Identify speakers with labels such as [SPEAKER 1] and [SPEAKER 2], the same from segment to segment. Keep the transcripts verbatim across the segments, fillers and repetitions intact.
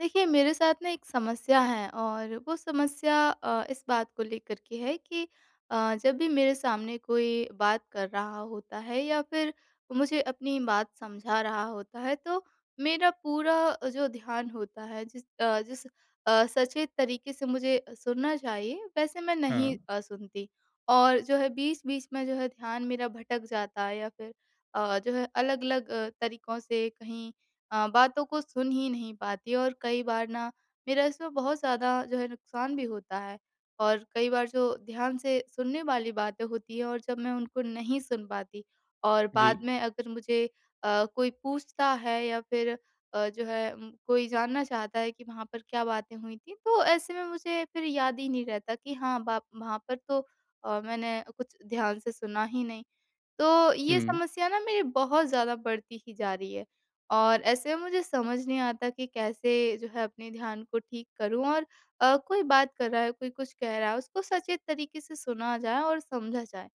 [SPEAKER 1] देखिए, मेरे साथ ना एक समस्या है और वो समस्या अ, इस बात को लेकर के है कि अ, जब भी मेरे सामने कोई बात कर रहा होता है या फिर मुझे अपनी बात समझा रहा होता है, तो मेरा पूरा जो ध्यान होता है जिस अ, जिस अ, सचेत तरीके से मुझे सुनना चाहिए, वैसे मैं नहीं
[SPEAKER 2] हाँ,
[SPEAKER 1] अ, सुनती। और जो है बीच-बीच में जो है ध्यान मेरा भटक जाता है या फिर अ, जो है अलग-अलग तरीकों से कहीं अ, बातों को सुन ही नहीं पाती और कई बार ना मेरा इसमें बहुत ज़्यादा जो है नुकसान भी होता है। और कई बार जो ध्यान से सुनने वाली बातें होती हैं और जब मैं उनको नहीं सुन पाती और
[SPEAKER 2] जी।
[SPEAKER 1] बाद में अगर मुझे अ, कोई पूछता है या फिर अ, जो है उम, कोई जानना चाहता है कि वहाँ पर क्या बातें हुई थी, तो ऐसे में मुझे फिर याद ही नहीं रहता कि हाँ, बा वहाँ पर तो अ, मैंने कुछ ध्यान से सुना ही नहीं। तो ये
[SPEAKER 2] हुँ।
[SPEAKER 1] समस्या ना मेरी बहुत ज़्यादा बढ़ती ही जा रही है। और ऐसे में मुझे समझ नहीं आता कि कैसे जो है अपने ध्यान को ठीक करूँ और अ, कोई बात कर रहा है, कोई कुछ कह रहा है, उसको सचेत तरीके से सुना जाए और समझा जाए।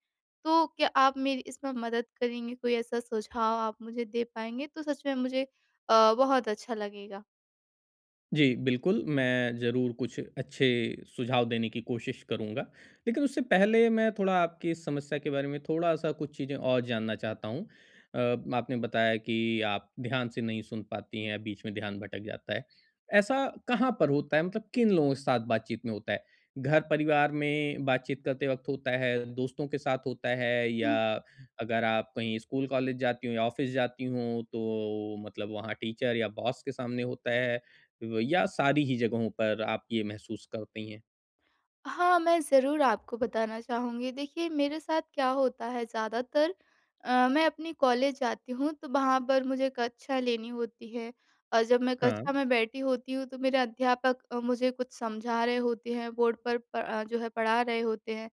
[SPEAKER 1] तो क्या आप मेरी इसमें मदद करेंगे? कोई ऐसा सुझाव आप मुझे दे पाएँगे? तो सच में मुझे अ, बहुत अच्छा लगेगा।
[SPEAKER 2] जी, बिल्कुल, मैं ज़रूर कुछ अच्छे सुझाव देने की कोशिश करूँगा। लेकिन उससे पहले मैं थोड़ा आपकी इस समस्या के बारे में थोड़ा-सा कुछ चीज़ें और जानना चाहता हूँ। अ, आपने बताया कि आप ध्यान से नहीं सुन पाती हैं, बीच में ध्यान भटक जाता है। ऐसा कहाँ पर होता है? मतलब किन लोगों के साथ बातचीत में होता है? घर-परिवार में बातचीत करते वक़्त होता है, दोस्तों के साथ होता है, या अगर आप कहीं स्कूल-कॉलेज जाती हों या ऑफ़िस जाती हों, तो मतलब वहाँ टीचर या बॉस के सामने होता है? व या सारी ही जगहों पर आप ये महसूस करती हैं?
[SPEAKER 1] हाँ, मैं ज़रूर आपको बताना चाहूँगी। देखिए, मेरे साथ क्या होता है ज़्यादातर अ, मैं अपनी कॉलेज जाती हूँ, तो वहाँ पर मुझे कक्षा लेनी होती है और जब मैं कक्षा
[SPEAKER 2] हाँ,
[SPEAKER 1] में बैठी होती हूँ, तो मेरे अध्यापक अ, मुझे कुछ समझा रहे होते हैं, बोर्ड पर प अ, जो है पढ़ा रहे होते हैं,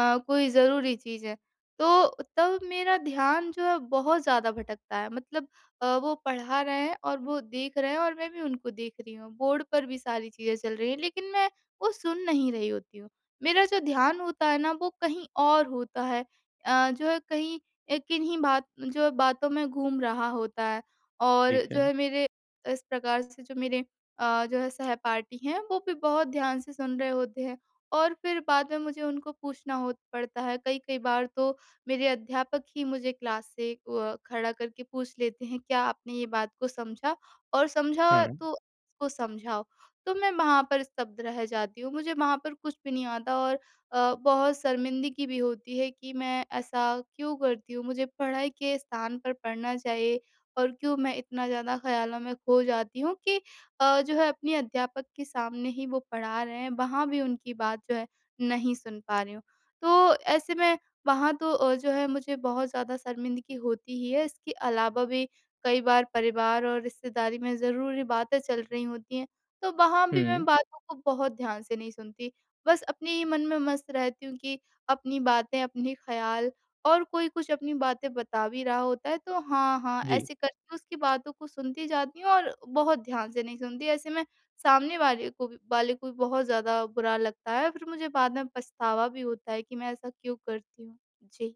[SPEAKER 1] अ, कोई ज़रूरी चीज़ है। तो तब मेरा ध्यान जो है बहुत ज़्यादा भटकता है, मतलब अ, वो पढ़ा रहे हैं और वो देख रहे हैं और मैं भी उनको देख रही हूँ। बोर्ड पर भी सारी चीज़ें चल रही हैं, लेकिन मैं वो सुन नहीं रही होती हूँ। मेरा जो ध्यान होता है ना वो कहीं और होता है, अ, जो है कहीं, अ, किन्हीं बात जो है बातों में घूम रहा होता है और
[SPEAKER 2] ठीक
[SPEAKER 1] जो
[SPEAKER 2] है।
[SPEAKER 1] है मेरे इस प्रकार से जो मेरे अ, जो है सहपाठी हैं वो भी बहुत ध्यान से सुन रहे होते हैं और फिर बाद में मुझे उनको पूछना हो पड़ता है। कई-कई बार तो मेरे अध्यापक ही मुझे क्लास से अ, खड़ा करके पूछ लेते हैं, "क्या आपने ये बात को समझा? और समझा
[SPEAKER 2] हाँ।
[SPEAKER 1] तो इसको समझाओ।" तो मैं वहाँ पर स्तब्ध रह जाती हूँ। मुझे वहाँ पर कुछ भी नहीं आता और अ, बहुत शर्मिंदगी भी होती है कि मैं ऐसा क्यों करती हूँ? मुझे पढ़ाई के स्थान पर पढ़ना चाहिए और क्यों मैं इतना ज़्यादा ख़्यालों में खो जाती हूँ कि अ, जो है अपने अध्यापक के सामने ही वो पढ़ा रहे हैं, वहाँ भी उनकी बात जो है नहीं सुन पा रही हूँ। तो ऐसे में वहाँ तो अ, जो है मुझे बहुत ज़्यादा शर्मिंदगी होती ही है। इसके अलावा भी कई बार परिवार और रिश्तेदारी में ज़रूरी बातें चल रही होती हैं। तो वहाँ भी मैं
[SPEAKER 2] हुँ,
[SPEAKER 1] बातों को बहुत ध्यान से नहीं सुनती। बस अपने ही मन में मस्त रहती हूँ कि अपनी बातें, अपने ख़्याल, और कोई कुछ अपनी बातें बता भी रहा होता है तो हाँ, हाँ,
[SPEAKER 2] जी।
[SPEAKER 1] ऐसे करके उसकी बातों को सुनती जाती हूँ और बहुत ध्यान से नहीं सुनती। ऐसे में सामने वाले को भी वाले को भी बहुत ज़्यादा बुरा लगता है, फिर मुझे बाद में पछतावा भी होता है कि मैं ऐसा क्यों करती हूँ। जी।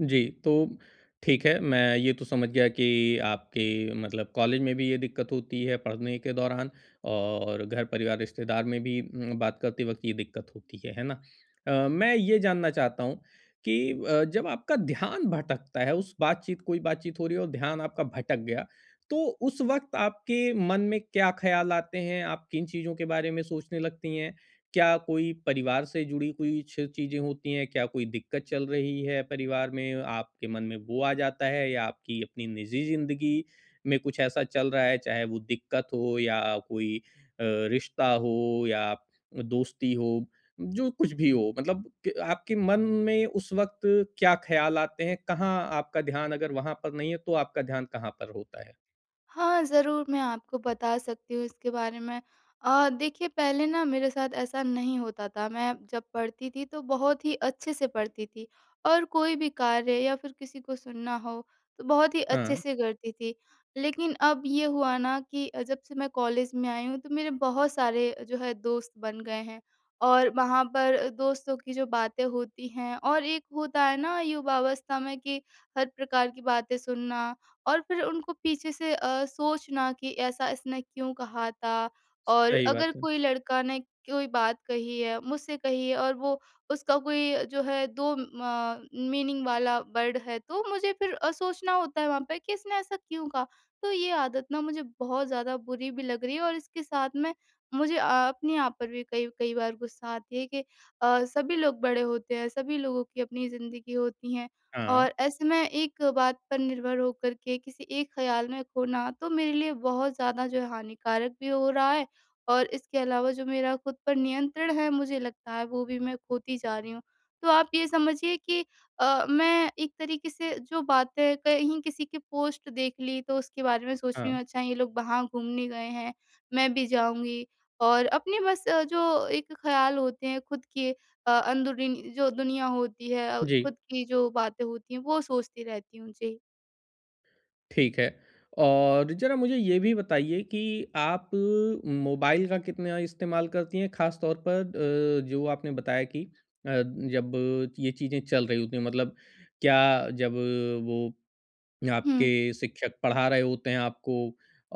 [SPEAKER 2] जी, तो ठीक है, मैं ये तो समझ गया कि आपके मतलब कॉलेज में भी ये दिक्कत होती है पढ़ने के दौरान, और घर परिवार रिश्तेदार में भी उम, बात करते वक़्त ये दिक्कत होती है, है ना? अ, मैं ये जानना चाहता हूँ कि अ, जब आपका ध्यान भटकता है, उस बातचीत कोई बातचीत हो रही है और ध्यान आपका भटक गया, तो उस वक़्त आपके मन में क्या ख़्याल आते हैं? आप किन चीज़ों के बारे में सोचने लगती हैं? क्या कोई परिवार से जुड़ी कुछ चीज़ें होती हैं? क्या कोई दिक्कत चल रही है परिवार में? आपके मन में वो आ जाता है, या आपकी अपनी निजी ज़िंदगी में कुछ ऐसा चल रहा है, चाहे वो दिक्कत हो या कोई अ, रिश्ता हो या दोस्ती हो, जो कुछ भी हो। मतलब क आपके मन में उस वक़्त क्या ख़्याल आते हैं? कहाँ आपका ध्यान, अगर वहाँ पर नहीं है, तो आपका ध्यान कहाँ पर होता है?
[SPEAKER 1] हाँ, ज़रूर मैं आपको बता सकती हूँ इसके बारे में। अ, देखिए, पहले ना मेरे साथ ऐसा नहीं होता था, मैं जब पढ़ती थी तो बहुत ही अच्छे से पढ़ती थी और कोई भी कार्य या फिर किसी को सुनना हो तो बहुत ही अच्छे
[SPEAKER 2] हाँ,
[SPEAKER 1] से करती थी। लेकिन अब ये हुआ ना कि अ, जब से मैं कॉलेज में आई हूँ तो मेरे बहुत सारे जो है दोस्त बन गए हैं और वहाँ पर दोस्तों की जो बातें होती हैं और एक होता है ना युवावस्था में कि हर प्रकार की बातें सुनना और फिर उनको पीछे से अ, सोचना कि ऐसा इसने क्यों कहा था। और
[SPEAKER 2] सही
[SPEAKER 1] अगर
[SPEAKER 2] बात है।
[SPEAKER 1] कोई लड़का ने कोई बात कही है, मुझसे कही है और वो उसका कोई जो है दो म मीनिंग वाला वर्ड है, तो मुझे फिर अ, सोचना होता है वहाँ पे कि इसने ऐसा क्यों कहा? तो ये आदत ना मुझे बहुत ज़्यादा बुरी भी लग रही है और इसके साथ में मुझे अ, अपने आप पर भी कई कई बार गुस्सा आती है कि अ, सभी लोग बड़े होते हैं, सभी लोगों की अपनी ज़िंदगी होती है।
[SPEAKER 2] हाँ,
[SPEAKER 1] और ऐसे में एक बात पर निर्भर होकर के किसी एक ख़्याल में खोना तो मेरे लिए बहुत ज़्यादा जो है हानिकारक भी हो रहा है और इसके अलावा जो मेरा खुद पर नियंत्रण है, मुझे लगता है वो भी मैं खोती जा रही हूँ। तो आप ये समझिए कि अ, मैं एक तरीके से जो बातें कहीं किसी की पोस्ट देख ली तो उसके बारे में सोच रही
[SPEAKER 2] हाँ।
[SPEAKER 1] हूँ, अच्छा ये लोग वहाँ घूमने गए हैं, मैं भी जाऊँगी। और अपने बस अ, जो एक ख़्याल होते हैं खुद के, अ, अंदरूनी जो दुनिया होती है, अ,
[SPEAKER 2] जी।
[SPEAKER 1] खुद की जो बातें होती हैं वो सोचती रहती हूँ। जी।
[SPEAKER 2] ठीक है। और ज़रा मुझे ये भी बताइए कि आप मोबाइल का कितना इस्तेमाल करती हैं? ख़ास तौर पर अ, जो आपने बताया कि अ, जब ये चीज़ें चल रही होती हैं, मतलब क्या जब वो
[SPEAKER 1] हुँ,
[SPEAKER 2] आपके शिक्षक पढ़ा रहे होते हैं आपको,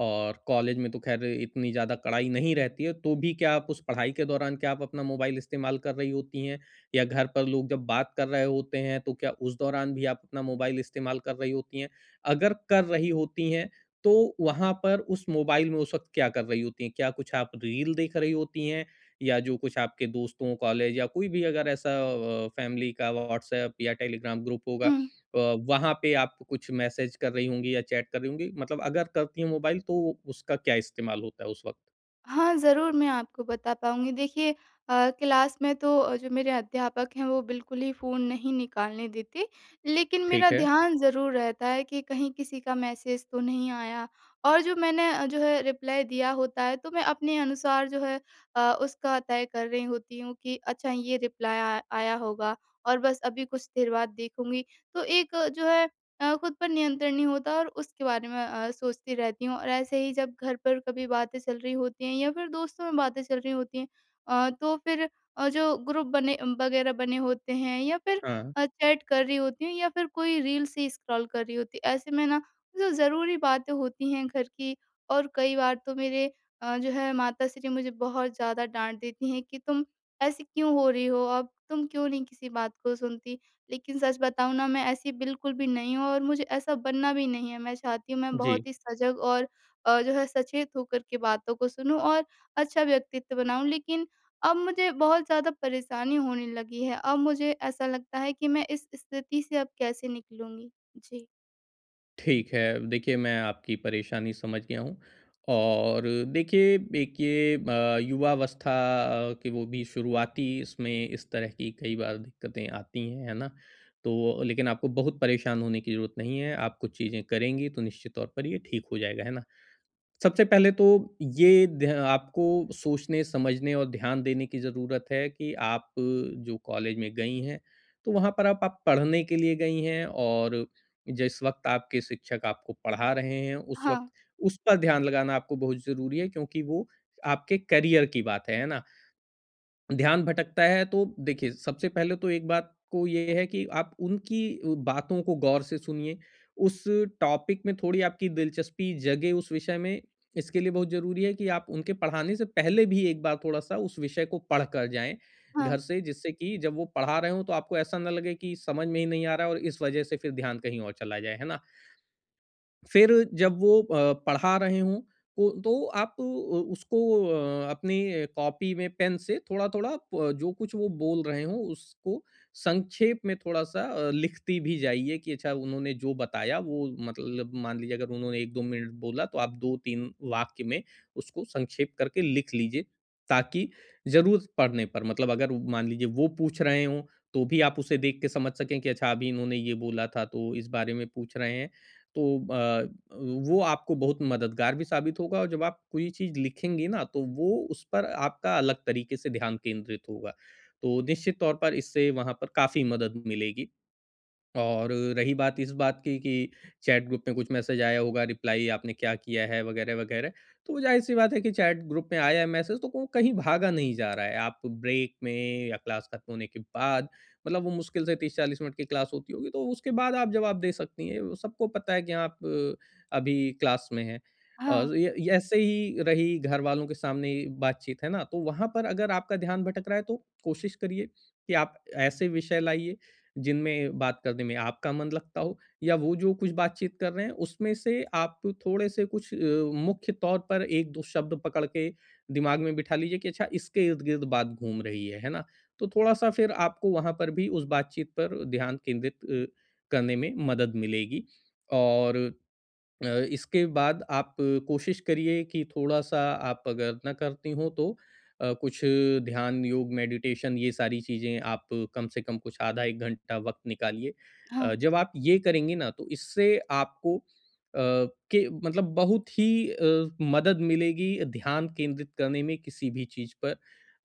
[SPEAKER 2] और कॉलेज में तो खैर इतनी ज़्यादा कड़ाई नहीं रहती है, तो भी क्या आप उस पढ़ाई के दौरान, क्या आप अपना मोबाइल इस्तेमाल कर रही होती हैं? या घर पर लोग जब बात कर रहे होते हैं, तो क्या उस दौरान भी आप अपना मोबाइल इस्तेमाल कर रही होती हैं? अगर कर रही होती हैं, तो वहाँ पर उस मोबाइल में उस वक़्त क्या कर रही होती हैं? क्या कुछ आप रील देख रही होती हैं? या जो कुछ आपके दोस्तों, कॉलेज, या कोई भी अगर ऐसा अ, फैमिली का व्हाट्सएप या टेलीग्राम ग्रुप होगा,
[SPEAKER 1] हुँ।
[SPEAKER 2] अ, वहाँ पे आप कुछ मैसेज कर रही होंगी या चैट कर रही होंगी, मतलब अगर करती हैं मोबाइल, तो उसका क्या इस्तेमाल होता है उस वक़्त?
[SPEAKER 1] हाँ, ज़रूर मैं आपको बता पाऊँगी। देखिए, अ, क्लास में तो अ, जो मेरे अध्यापक हैं वो बिल्कुल ही फ़ोन नहीं निकालने देते। लेकिन मेरा
[SPEAKER 2] ठीक है।
[SPEAKER 1] ध्यान ज़रूर रहता है कि कहीं किसी का मैसेज तो नहीं आया और जो मैंने अ, जो है रिप्लाई दिया होता है तो मैं अपने अनुसार जो है अ, उसका तय कर रही होती हूँ कि अच्छा ये रिप्लाई आ आया होगा और बस अभी कुछ देर बाद देखूँगी। तो एक अ, जो है अ, खुद पर नियंत्रण नहीं होता और उसके बारे में अ, सोचती रहती हूँ और ऐसे ही जब घर पर कभी बातें चल रही होती हैं या फिर दोस्तों में बातें चल रही होती हैं, अ, तो फिर अ, जो ग्रुप बने वगैरह बने होते हैं या फिर
[SPEAKER 2] हाँ,
[SPEAKER 1] अ, चैट कर रही होती हूँ या फिर कोई रील से स्क्रॉल कर रही होती है। ऐसे में ना जो ज़रूरी बातें होती हैं घर की और कई बार तो मेरे अ, जो है माता श्री मुझे बहुत ज़्यादा डांट देती हैं कि तुम ऐसी क्यों हो रही हो, अब तुम क्यों नहीं किसी बात को सुनती। लेकिन सच बताऊँ ना, मैं ऐसी बिल्कुल भी नहीं हूँ और मुझे ऐसा बनना भी नहीं है। मैं चाहती हूँ मैं
[SPEAKER 2] जी,
[SPEAKER 1] बहुत ही सजग और अ, जो है सचेत होकर के बातों को सुनूँ और अच्छा व्यक्तित्व बनाऊँ। लेकिन अब मुझे बहुत ज़्यादा परेशानी होने लगी है। अब मुझे ऐसा लगता है कि मैं इस स्थिति से अब कैसे निकलूँगी? जी।
[SPEAKER 2] ठीक है। देखिए, मैं आपकी परेशानी समझ गया हूँ। और देखिए, एक ये अ, युवावस्था, अ, कि वो भी शुरुआती, इसमें इस तरह की कई बार दिक्कतें आती हैं, है ना? तो लेकिन आपको बहुत परेशान होने की ज़रूरत नहीं है। आप कुछ चीज़ें करेंगी तो निश्चित तौर पर ये ठीक हो जाएगा, है ना? सबसे पहले तो ये ध्या आपको सोचने, समझने और ध्यान देने की ज़रूरत है कि आप जो कॉलेज में गई हैं, तो वहाँ पर आप आप पढ़ने के लिए गई हैं। और जिस वक़्त आपके शिक्षक आपको पढ़ा रहे हैं, उस
[SPEAKER 1] हाँ,
[SPEAKER 2] वक़्त उस पर ध्यान लगाना आपको बहुत ज़रूरी है, क्योंकि वो आपके करियर की बात है, है ना? ध्यान भटकता है, तो देखिए, सबसे पहले तो एक बात को ये है कि आप उनकी अ, बातों को गौर से सुनिए। उस टॉपिक में थोड़ी आपकी दिलचस्पी जगे उस विषय में, इसके लिए बहुत ज़रूरी है कि आप उनके पढ़ाने से पहले भी एक बार थोड़ा-सा उस विषय को पढ़ कर जाएँ
[SPEAKER 1] हाँ,
[SPEAKER 2] घर से, जिससे कि जब वो पढ़ा रहे हों तो आपको ऐसा ना लगे कि समझ में ही नहीं आ रहा है, और इस वज़ह से फिर ध्यान कहीं और चला जाए, है ना? फिर जब वो अ, पढ़ा रहे हों, को तो आप उ उसको अ, अपनी कॉपी में पेन से थोड़ा-थोड़ा, प जो कुछ वो बोल रहे हों, उसको संक्षेप में थोड़ा-सा अ, लिखती भी जाइए कि अच्छा, उन्होंने जो बताया वो, मतलब मान लीजिए अगर उन्होंने एक दो मिनट बोला, तो आप दो तीन वाक्य में उसको संक्षेप करके लिख लीजिए, ताकि ज़रूरत पड़ने पर, मतलब अगर मान लीजिए वो पूछ रहे हों, तो भी आप उसे देख के समझ सकें कि अच्छा, अभी इन्होंने ये बोला था, तो इस बारे में पूछ रहे हैं। तो अ, वो आपको बहुत मददगार भी साबित होगा, और जब आप कोई चीज़ लिखेंगी ना, तो वो उस पर आपका अलग तरीके से ध्यान केंद्रित होगा। तो निश्चित तौर पर इससे वहाँ पर काफ़ी मदद मिलेगी। और रही बात इस बात की कि चैट ग्रुप में कुछ मैसेज आया होगा, रिप्लाई आपने क्या किया है वगैरह-वगैरह, तो वो ज़ाहिर-सी बात है कि चैट ग्रुप में आया है मैसेज, तो वो कहीं भागा नहीं जा रहा है। आप ब्रेक में, या क्लास खत्म होने के बाद, मतलब वो मुश्किल से तीस चालीस मिनट की क्लास होती होगी, तो उसके बाद आप जवाब दे सकती हैं। वो सबको पता है कि आप अ, अभी क्लास में हैं।
[SPEAKER 1] हाँ,
[SPEAKER 2] और ये ये ऐसे ही रही घरवालों के सामने बातचीत, है ना? तो वहाँ पर अगर आपका ध्यान भटक रहा है, तो कोशिश करिए कि आप ऐसे विषय लाइए जिनमें बात करने में आपका मन लगता हो, या वो जो कुछ बातचीत कर रहे हैं उसमें से आप थोड़े-से कुछ, अ, मुख्य तौर पर एक दो शब्द पकड़ के दिमाग में बिठा लीजिए कि अच्छा, इसके इर्द-गिर्द बात घूम रही है, है ना? तो थोड़ा-सा फिर आपको वहाँ पर भी उस बातचीत पर ध्यान केंद्रित अ, करने में मदद मिलेगी। और अ, इसके बाद आप कोशिश करिए कि थोड़ा-सा, आप अगर ना करती हों तो, अ, कुछ ध्यान, योग, मेडिटेशन, ये सारी चीज़ें आप कम से कम कुछ आधा एक घंटा वक़्त निकालिए।
[SPEAKER 1] हाँ।
[SPEAKER 2] अ, जब आप ये करेंगी ना, तो इससे आपको, अ, के मतलब बहुत ही अ, मदद मिलेगी ध्यान केंद्रित करने में किसी भी चीज़ पर।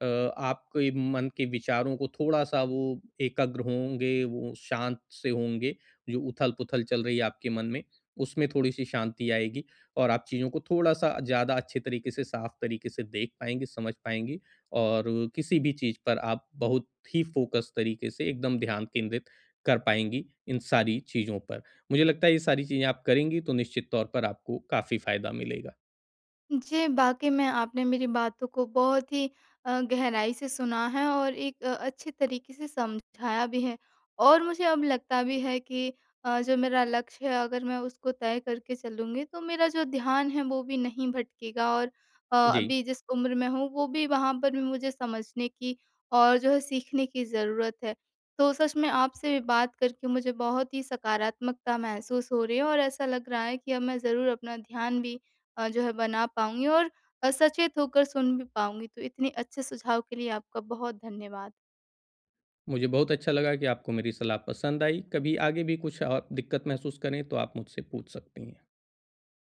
[SPEAKER 2] अ, आपके मन के विचारों को थोड़ा-सा वो एकाग्र होंगे, वो शांत से होंगे, जो उथल-पुथल चल रही है आपके मन में, उसमें थोड़ी-सी शांति आएगी। और आप चीज़ों को थोड़ा-सा ज़्यादा अच्छे तरीके से, साफ तरीके से देख पाएँगी, समझ पाएँगी, और किसी भी चीज़ पर आप बहुत ही फ़ोकस तरीके से, एकदम ध्यान केंद्रित कर पाएँगी इन सारी चीज़ों पर। मुझे लगता है ये सारी चीज़ें आप करेंगी तो निश्चित तौर पर आपको काफ़ी फ़ायदा मिलेगा।
[SPEAKER 1] जी, वाक़ई में आपने मेरी बातों को बहुत ही अ, गहराई से सुना है और एक अ, अच्छे तरीके से समझाया भी है। और मुझे अब लगता भी है कि अ, जो मेरा लक्ष्य है, अगर मैं उसको तय करके चलूँगी तो मेरा जो ध्यान है वो भी नहीं भटकेगा और अ,
[SPEAKER 2] जी,
[SPEAKER 1] अभी जिस उम्र में हूँ वो भी, वहाँ पर भी मुझे समझने की और जो है सीखने की ज़रूरत है। तो सच में आपसे भी बात करके मुझे बहुत ही सकारात्मकता महसूस हो रही है और ऐसा लग रहा है कि अब मैं ज़रूर अपना ध्यान भी अ, जो है बना पाऊँगी और अ, सचेत होकर सुन भी पाऊँगी। तो इतने अच्छे सुझाव के लिए आपका बहुत धन्यवाद।
[SPEAKER 2] मुझे बहुत अच्छा लगा कि आपको मेरी सलाह पसंद आई। कभी आगे भी कुछ आप दिक्कत महसूस करें तो आप मुझसे पूछ सकती हैं।